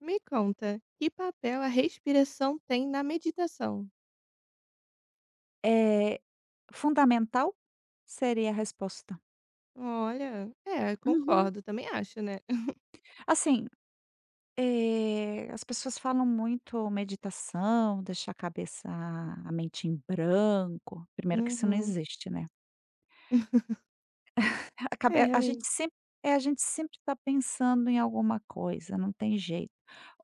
Me conta, que papel a respiração tem na meditação? É, fundamental seria a resposta. Olha. É, Uhum. concordo, também acho, né. Assim, as pessoas falam muito meditação, deixar a cabeça, a mente em branco. Primeiro que isso não Uhum. existe, né. A É, cabe a gente realmente. sempre a gente sempre está pensando em alguma coisa, não tem jeito.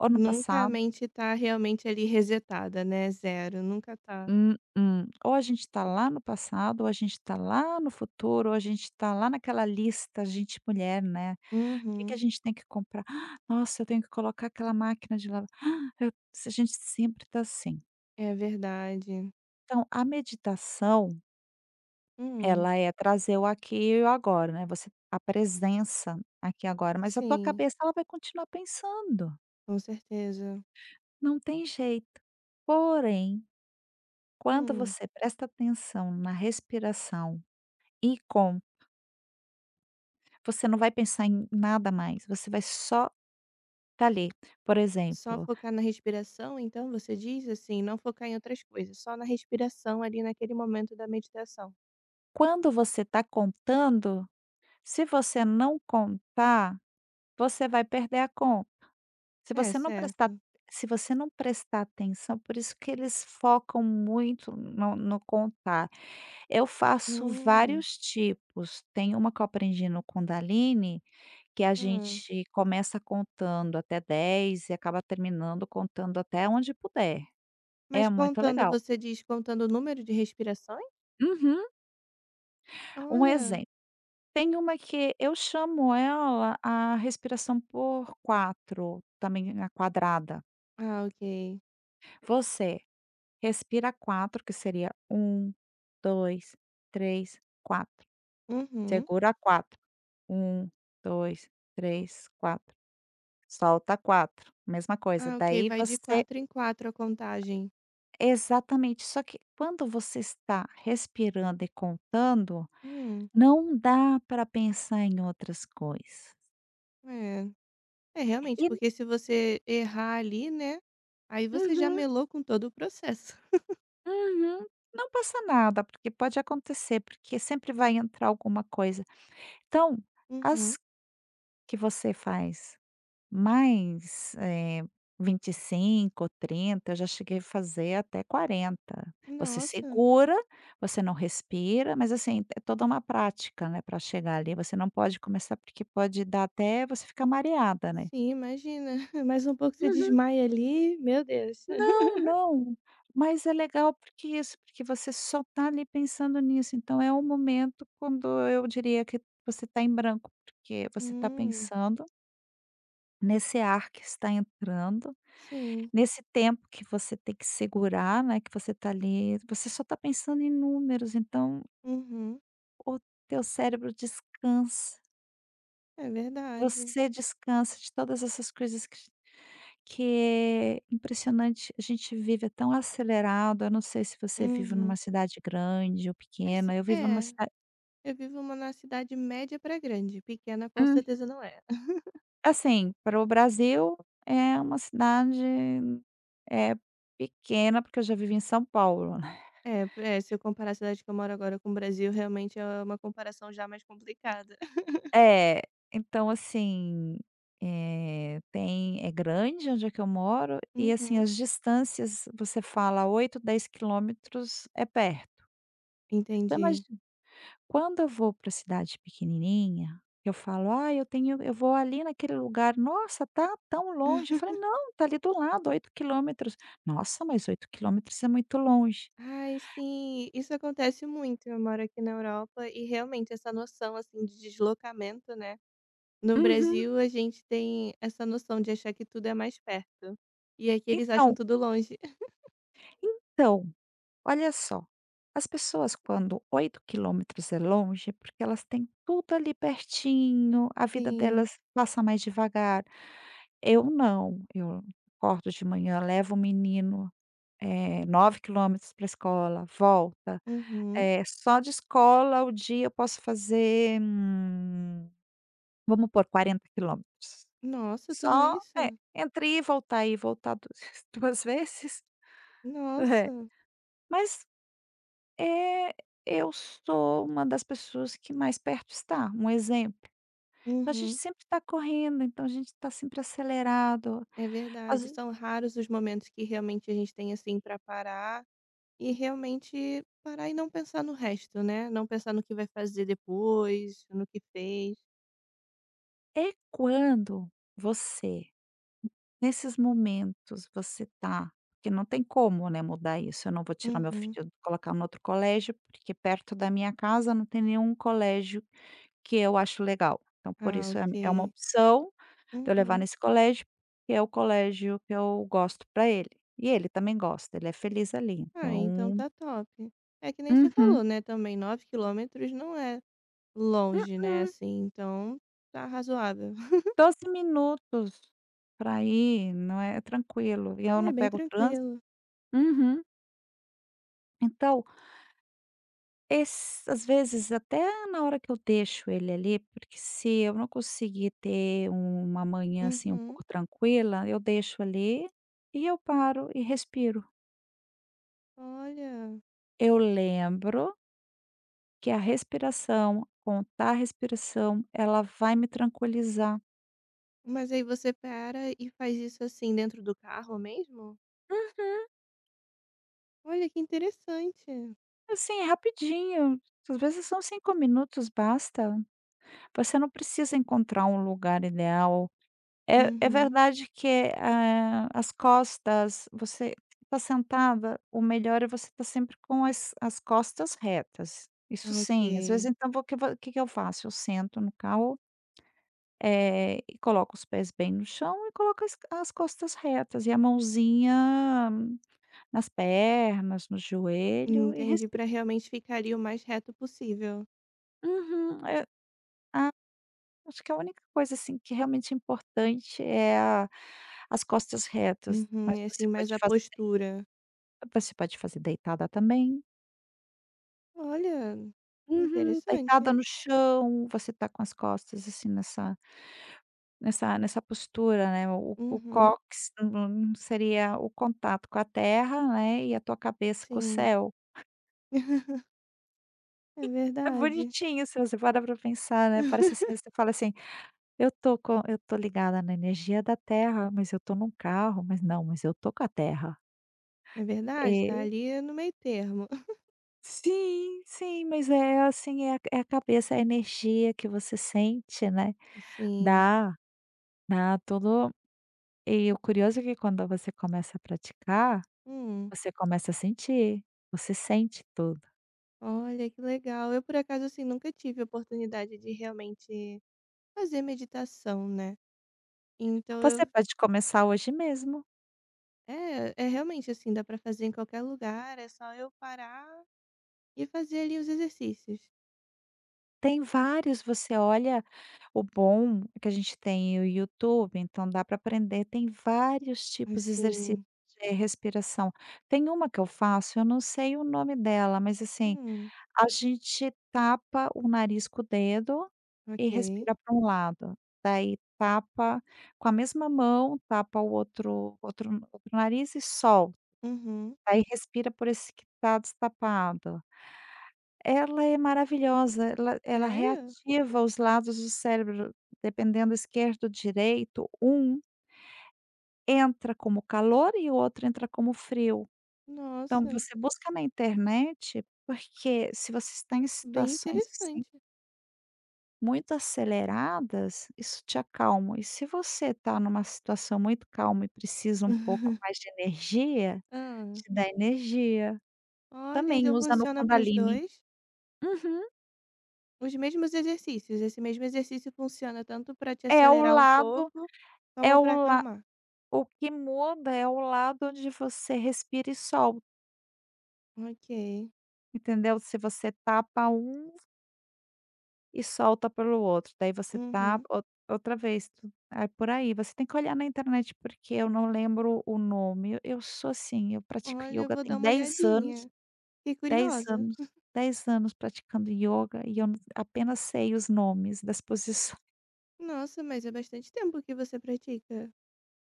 Ou no Nunca a passado mente tá realmente ali resetada, né, zero, nunca tá. mm-mm. Ou a gente está lá no passado, ou a gente está lá no futuro, ou a gente está lá naquela lista, a gente mulher, né. Que Uhum. a gente tem que comprar? Ah, nossa, eu tenho que colocar aquela máquina de lavar. Ah, Eu se a gente sempre está assim. É verdade. Então, a meditação, Hum, ela é trazer o aqui e o agora, né, você a presença aqui e agora, mas a tua sim, cabeça ela vai continuar pensando, com certeza. não tem jeito. Porém, quando Hum, você presta atenção na respiração e com você não vai pensar em nada mais, você vai só estar ali. Por Só exemplo, focar na respiração então você diz, assim, não focar em outras coisas, só na respiração ali naquele momento da meditação. quando você está contando, se você não contar, você vai perder a conta. Se É, você não prestar certo. se você não prestar atenção, por isso que eles focam muito no contar. Eu faço Hum, vários tipos. Tem uma que eu aprendi no Kundalini, que a hã. gente começa contando até 10 e acaba terminando contando até onde puder. É Mas muito contando, legal. você diz contando o número de respirações? Uhum. Um Olha. exemplo, tem uma que eu chamo ela a respiração por 4, também a quadrada. Ah, ok. Você respira 4, que seria um, 2, 3, 4. Uhum. Segura quatro, um, dois, três, quatro. Solta quatro, mesma coisa. Ah, ok, Daí vai de você 4 em 4 a contagem. Exatamente. Só que quando você está respirando e contando, Hum, não dá para pensar em outras coisas. é. É, realmente, E porque se você errar ali, né, aí você já uhum, melou com todo o processo. uhum. Não passa nada, porque pode acontecer, porque sempre vai entrar alguma coisa. Então, Uhum. as que você faz Mas, eh, 25 ou 30, eu já cheguei a fazer até 40. Você Nossa. segura, você não respira, mas assim, é toda uma prática, né, para chegar ali, você não pode começar porque pode dar até você ficar mareada, né. Sim, imagina. Mais um pouco você Uhum. desmaia ali, meu Deus. Não, não, mas é legal porque isso, porque você só tá ali pensando nisso, então é um momento quando eu diria que você tá em branco, porque você tá Hum, pensando nesse ar que está entrando. sim. Nesse tempo que você tem que segurar, né, que você tá ali, você só tá pensando em números, então Uhum. o teu cérebro descansa, É verdade. você descansa de todas essas coisas que é impressionante, a gente vive é tão acelerado, eu não sei se você vive numa Uhum. cidade grande ou Assi pequena, eu vivo numa é. cidade. Eu vivo uma na cidade média pra grande, pequena com Hum. certeza não é. Assim, para o Brasil é uma cidade, é pequena, porque eu já vivi em São Paulo. É, se eu comparar a cidade que eu moro agora com o Brasil, realmente é uma comparação já mais complicada. É, então assim, tem é grande onde é que eu moro e assim Uhum, as distâncias você fala 8, 10 km é perto. Então entendi. imagina, quando eu vou para cidade pequenininha, eu falo: "Ah, eu vou ali naquele lugar, nossa tá tão longe", eu falei: "Não, tá ali do lado 8 km. Nossa, mas 8 quilômetros é muito longe". Ai, sim, isso acontece muito. Eu moro aqui na Europa e realmente essa noção assim de deslocamento, né? No Uhum. Brasil a gente tem essa noção de achar que tudo é mais perto. E aqui eles acham Então tudo longe. então olha só, as pessoas quando 8 km é longe, é porque elas têm tudo ali pertinho, a vida Sim. delas passa mais devagar. Eu não, eu acordo de manhã, levo o menino, 9 km para a escola, volta. Uhum. Só de escola o dia eu posso fazer, vamos pôr 40 km. Nossa, tudo Só é, isso? entre ir e voltar du 2 vezes. É. Nossa. Mas É, eu sou uma das pessoas que mais perto está, um exemplo. Então, a gente Uhum. sempre está correndo, então a gente está sempre acelerado. É verdade, Mas são raros os momentos que realmente a gente tem, assim, para parar e realmente parar e não pensar no resto, né, não pensar no que vai fazer depois, no que fez. é quando você, nesses momentos, você está porque não tem como, né, mudar isso, eu não vou tirar meu Uhum. filho, colocar em outro colégio, porque perto da minha casa não tem nenhum colégio que eu acho legal. Então por Ah, isso é uma ok. opção. Pra eu levar Uhum. nesse colégio, que é o colégio que eu gosto para ele. E ele também gosta, ele é feliz ali, Ah, então então. tá top. É que nem você falou, Uhum. né, também 9 km não é longe, né, Mm-mm. assim, então tá razoável. Minutos para ir, não é tranquilo, e eu Ah, é não bem pego o trânsito. tranquilo. Uhum. Então, ess às vezes até na hora que eu deixo ele ali, porque se eu não conseguir ter uma manhã, assim, um Uhum. pouco tranquila, eu deixo ali e eu paro e respiro. Olha, Eu lembro que a respiração, contar a respiração, ela vai me tranquilizar. mas aí você para e faz isso, assim, dentro do carro mesmo? Olha, que interessante. Assim, é rapidinho, às vezes são 5 minutos, basta. Você não precisa encontrar um lugar ideal. É Uhum. verdade que, as costas você está sentada, o melhor é você estar sempre com as costas retas. Isso Ah, sim, às vezes ok. então o que vou que eu faço? Eu sento no carro, e coloco os pés bem no chão e coloco as costas retas e a mãozinha nas pernas, no joelho e Entendi, respi para realmente ficar ali o mais reto possível. uhum, é a acho que a única coisa, assim, que realmente é importante é a as costas retas, mas Uhum, e assim, você mais pode a fazer postura. você pode fazer deitada também. Olha, Uhum, deitada interessante. no chão, você tá com as costas, assim, nessa postura, né, o Uhum, cóccix seria o contato com a terra, né, e a tua cabeça com o sim. céu. É É verdade. bonitinho se você parar pra pensar, né, parece assim, você fala assim: Eu tô ligada na energia da terra, mas eu tô num carro, mas não, mas eu tô com a terra". É verdade, tá Eh, ali no meio termo. sim, sim, mas é assim, é a cabeça, é a energia que você sente, né, Sim. dá dá todo e o curioso é que quando você começa a praticar, Hum, você começa a sentir, você sente tudo. Olha, que legal. Eu, por acaso, assim, nunca tive a oportunidade de realmente fazer meditação, né. Então Você eu pode começar hoje mesmo. É, realmente assim, dá pra fazer em qualquer lugar, é só eu parar e fazer ali os exercícios. Tem vários, você olha, o bom é que a gente tem o YouTube, então dá para aprender, tem vários tipos de exercícios Assim, de respiração. Tem uma que eu faço, eu não sei o nome dela, mas assim, hum, a gente tapa o nariz com o dedo e ok. respira para um lado, daí tapa com a mesma mão, tapa o outro nariz e solta, Uhum. aí respira por esse que tá destapado. Ela é maravilhosa, ela Sério? reativa os lados do cérebro, dependendo esquerdo, ou direito, um entra como calor e o outro entra como frio. Então Nossa, você busca na internet, porque se você está em bem situações, assim, interessante. muito aceleradas, isso te acalma. E se você está numa situação muito calma e precisa um pouco mais de energia, Ah, te dá energia. olha, Também então usa no funciona para os Kundalini. dois Uhum. os mesmos exercícios. Esse mesmo exercício funciona tanto para te É o acelerar um lado pouco é como o para la acalmar. O que muda é o lado onde você respira e solta, Ok. entendeu? Se você tapa um e solta pelo outro, daí você Uhum. tapa ou outra vez, tu é por aí. Você tem que olhar na internet, porque eu não lembro o nome. Eu sou assim, eu pratico Olha, eu ioga vou tem dar uma 10 anos, olhadinha. Fiquei 10 curiosa. anos, 10 anos praticando ioga e eu apenas sei os nomes das posições. Nossa, mas é bastante tempo que você pratica.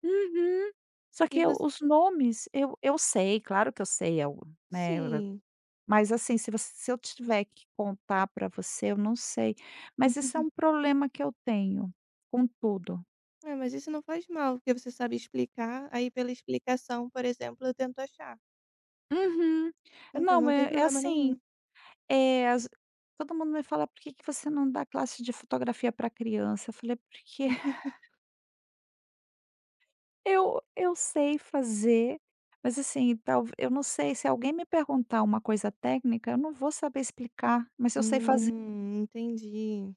Uhum. Só E que eu você os nomes eu sei, claro que eu sei, eu, né. sim. Mas assim, se eu tiver que contar para você, eu não sei. Mas esse é um problema que eu tenho com tudo. É, mas isso não faz mal, porque você sabe explicar, aí pela explicação, por exemplo, eu tento achar. Uhum. Então Não, não tem é problema assim, nenhum. eh, as todo mundo me fala: "Por que que você não dá classe de fotografia para criança?" Eu falei: "Porque eu sei fazer, mas assim, tal eu não sei, se alguém me perguntar uma coisa técnica, eu não vou saber explicar, mas eu sei fazer". Entendi.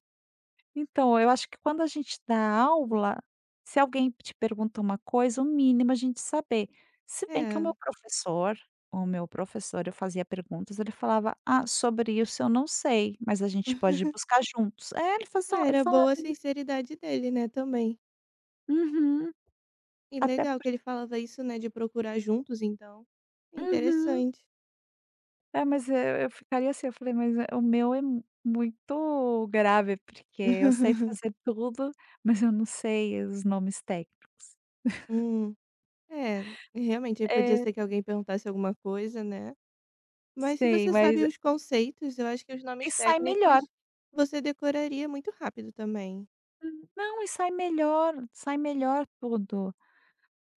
Então, eu acho que quando a gente dá aula, se alguém te pergunta uma coisa, o mínimo é a gente saber. Se bem que o É. meu professor o meu professor, eu fazia perguntas, ele falava: "Ah, sobre isso eu não sei, mas a gente pode buscar juntos". É, Ah, ele era falava boa a isso. sinceridade dele, né, também. Uhum. E Até legal por que ele falava isso, né, de procurar juntos, então. uhum. Interessante. É, mas eu ficaria assim, eu falei: "Mas é, o meu é muito grave, porque eu sei fazer tudo, mas eu não sei os nomes técnicos". Hum. É, realmente, aí podia É, ser que alguém perguntasse alguma coisa, né. Mas se sei, você mas sabe os conceitos, eu acho que os e nomes sai melhor. técnicos você decoraria muito rápido também. Não, e sai melhor tudo.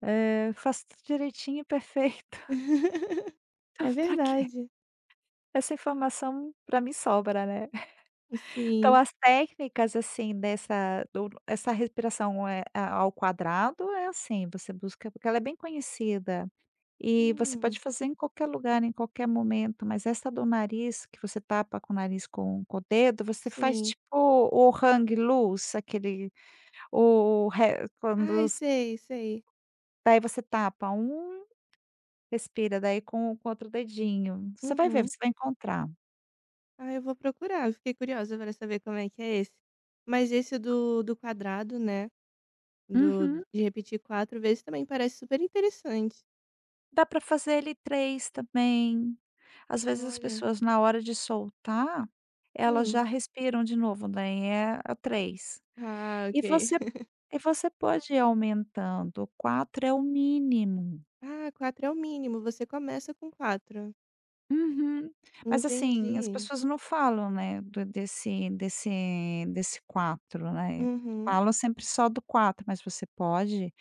Faço tudo direitinho e perfeito. Então, É pra quê? verdade. Essa informação pra mim sobra, né. Então, Sim. as técnicas, assim, dessa do essa respiração, eh, a ao quadrado é assim, você busca porque ela é bem conhecida e você pode Hum, fazer em qualquer lugar, em qualquer momento, mas essa do nariz, que você tapa com o nariz com o dedo, você faz sim. tipo o hang loose, aquele o re Ai, quando. sei, sei. Daí você tapa um, respira, daí com o outro dedinho. Você vai ver, Uhum. você vai encontrar. Ah, eu vou procurar. Eu fiquei curiosa para saber como é que é esse. Mas esse do quadrado, né? Do, Uhum. de repetir quatro vezes também parece super interessante. Dá para fazer ele 3 também. Às vezes as Olha. pessoas na hora de soltar, elas já Hum. respiram de novo, daí é a três. Ah, ok. E você e você pode ir aumentando, 4 é o mínimo. Ah, quatro é o mínimo. Você começa com quatro. Uhum. Mas assim, as Entendi. pessoas não falam, né, do desse desse desse quatro, né. Uhum. Falam sempre só do quatro, mas você pode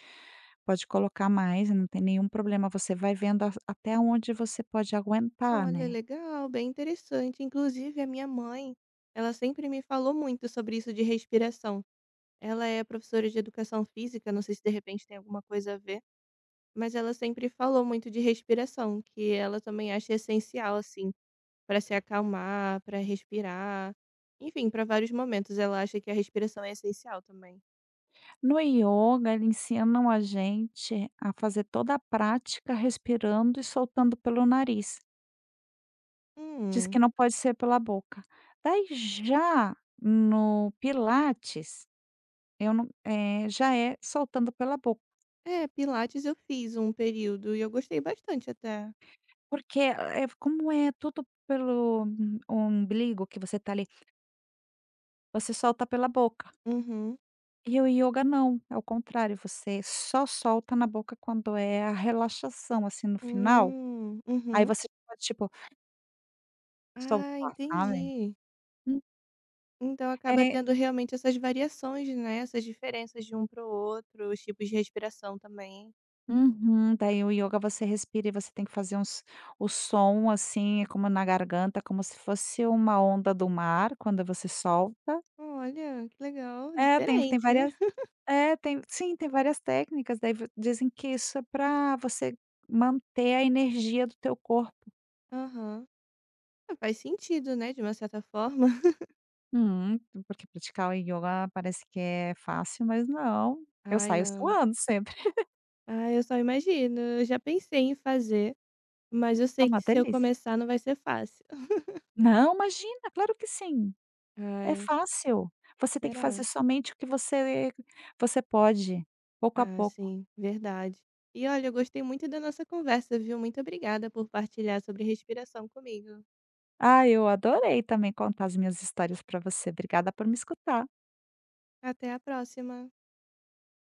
Pode colocar mais, não tem nenhum problema, você vai vendo a até onde você pode aguentar, Olha, né. legal, bem interessante. Inclusive, a minha mãe, ela sempre me falou muito sobre isso de respiração. Ela é professora de educação física, não sei se de repente tem alguma coisa a ver, mas ela sempre falou muito de respiração, que ela também acha essencial, assim, para se acalmar, para respirar. Enfim, para vários momentos ela acha que a respiração é essencial também. No ioga, eles ensinam a gente a fazer toda a prática respirando e soltando pelo nariz. Diz Hum. que não pode ser pela boca. Daí já no pilates, eu não eh, já é soltando pela boca, É, Pilates eu fiz um período e eu gostei bastante até. porque, é como é tudo pelo umbigo que você tá ali, você solta pela boca. Uhum. E o ioga não, é o contrário, você só solta na boca quando é a relaxação, assim, no final, aí Uhum. você pode, tipo, Ah, soltar, sabe. entendi. Hum. Então acaba É tendo realmente essas variações, né, essas diferenças de um para o outro, os tipos de respiração também. uhum, daí o ioga você respira e você tem que fazer uns o som, assim, como na garganta, como se fosse uma onda do mar quando você solta. Olha, que legal, É, tem diferente. várias, é, tem sim, tem várias técnicas, daí v dizem que isso é para você manter a energia do teu corpo Aham. Ah, faz sentido, né, de uma certa forma. Hum, porque praticar o yoga parece que é fácil, mas não. Eu Ai, saio não. suando sempre. Ai, eu só imagino, eu já pensei em fazer, mas eu É sei que uma se eu delícia. começar não vai ser fácil. Não, imagina, claro que sim. É Ai, fácil. Você tem que fazer será? somente o que você pode, pouco a Ah, pouco. sim, verdade. E olha, eu gostei muito da nossa conversa, viu? Muito obrigada por partilhar sobre respiração comigo. Ah, eu adorei também contar as minhas histórias para você. Obrigada por me escutar. Até a próxima.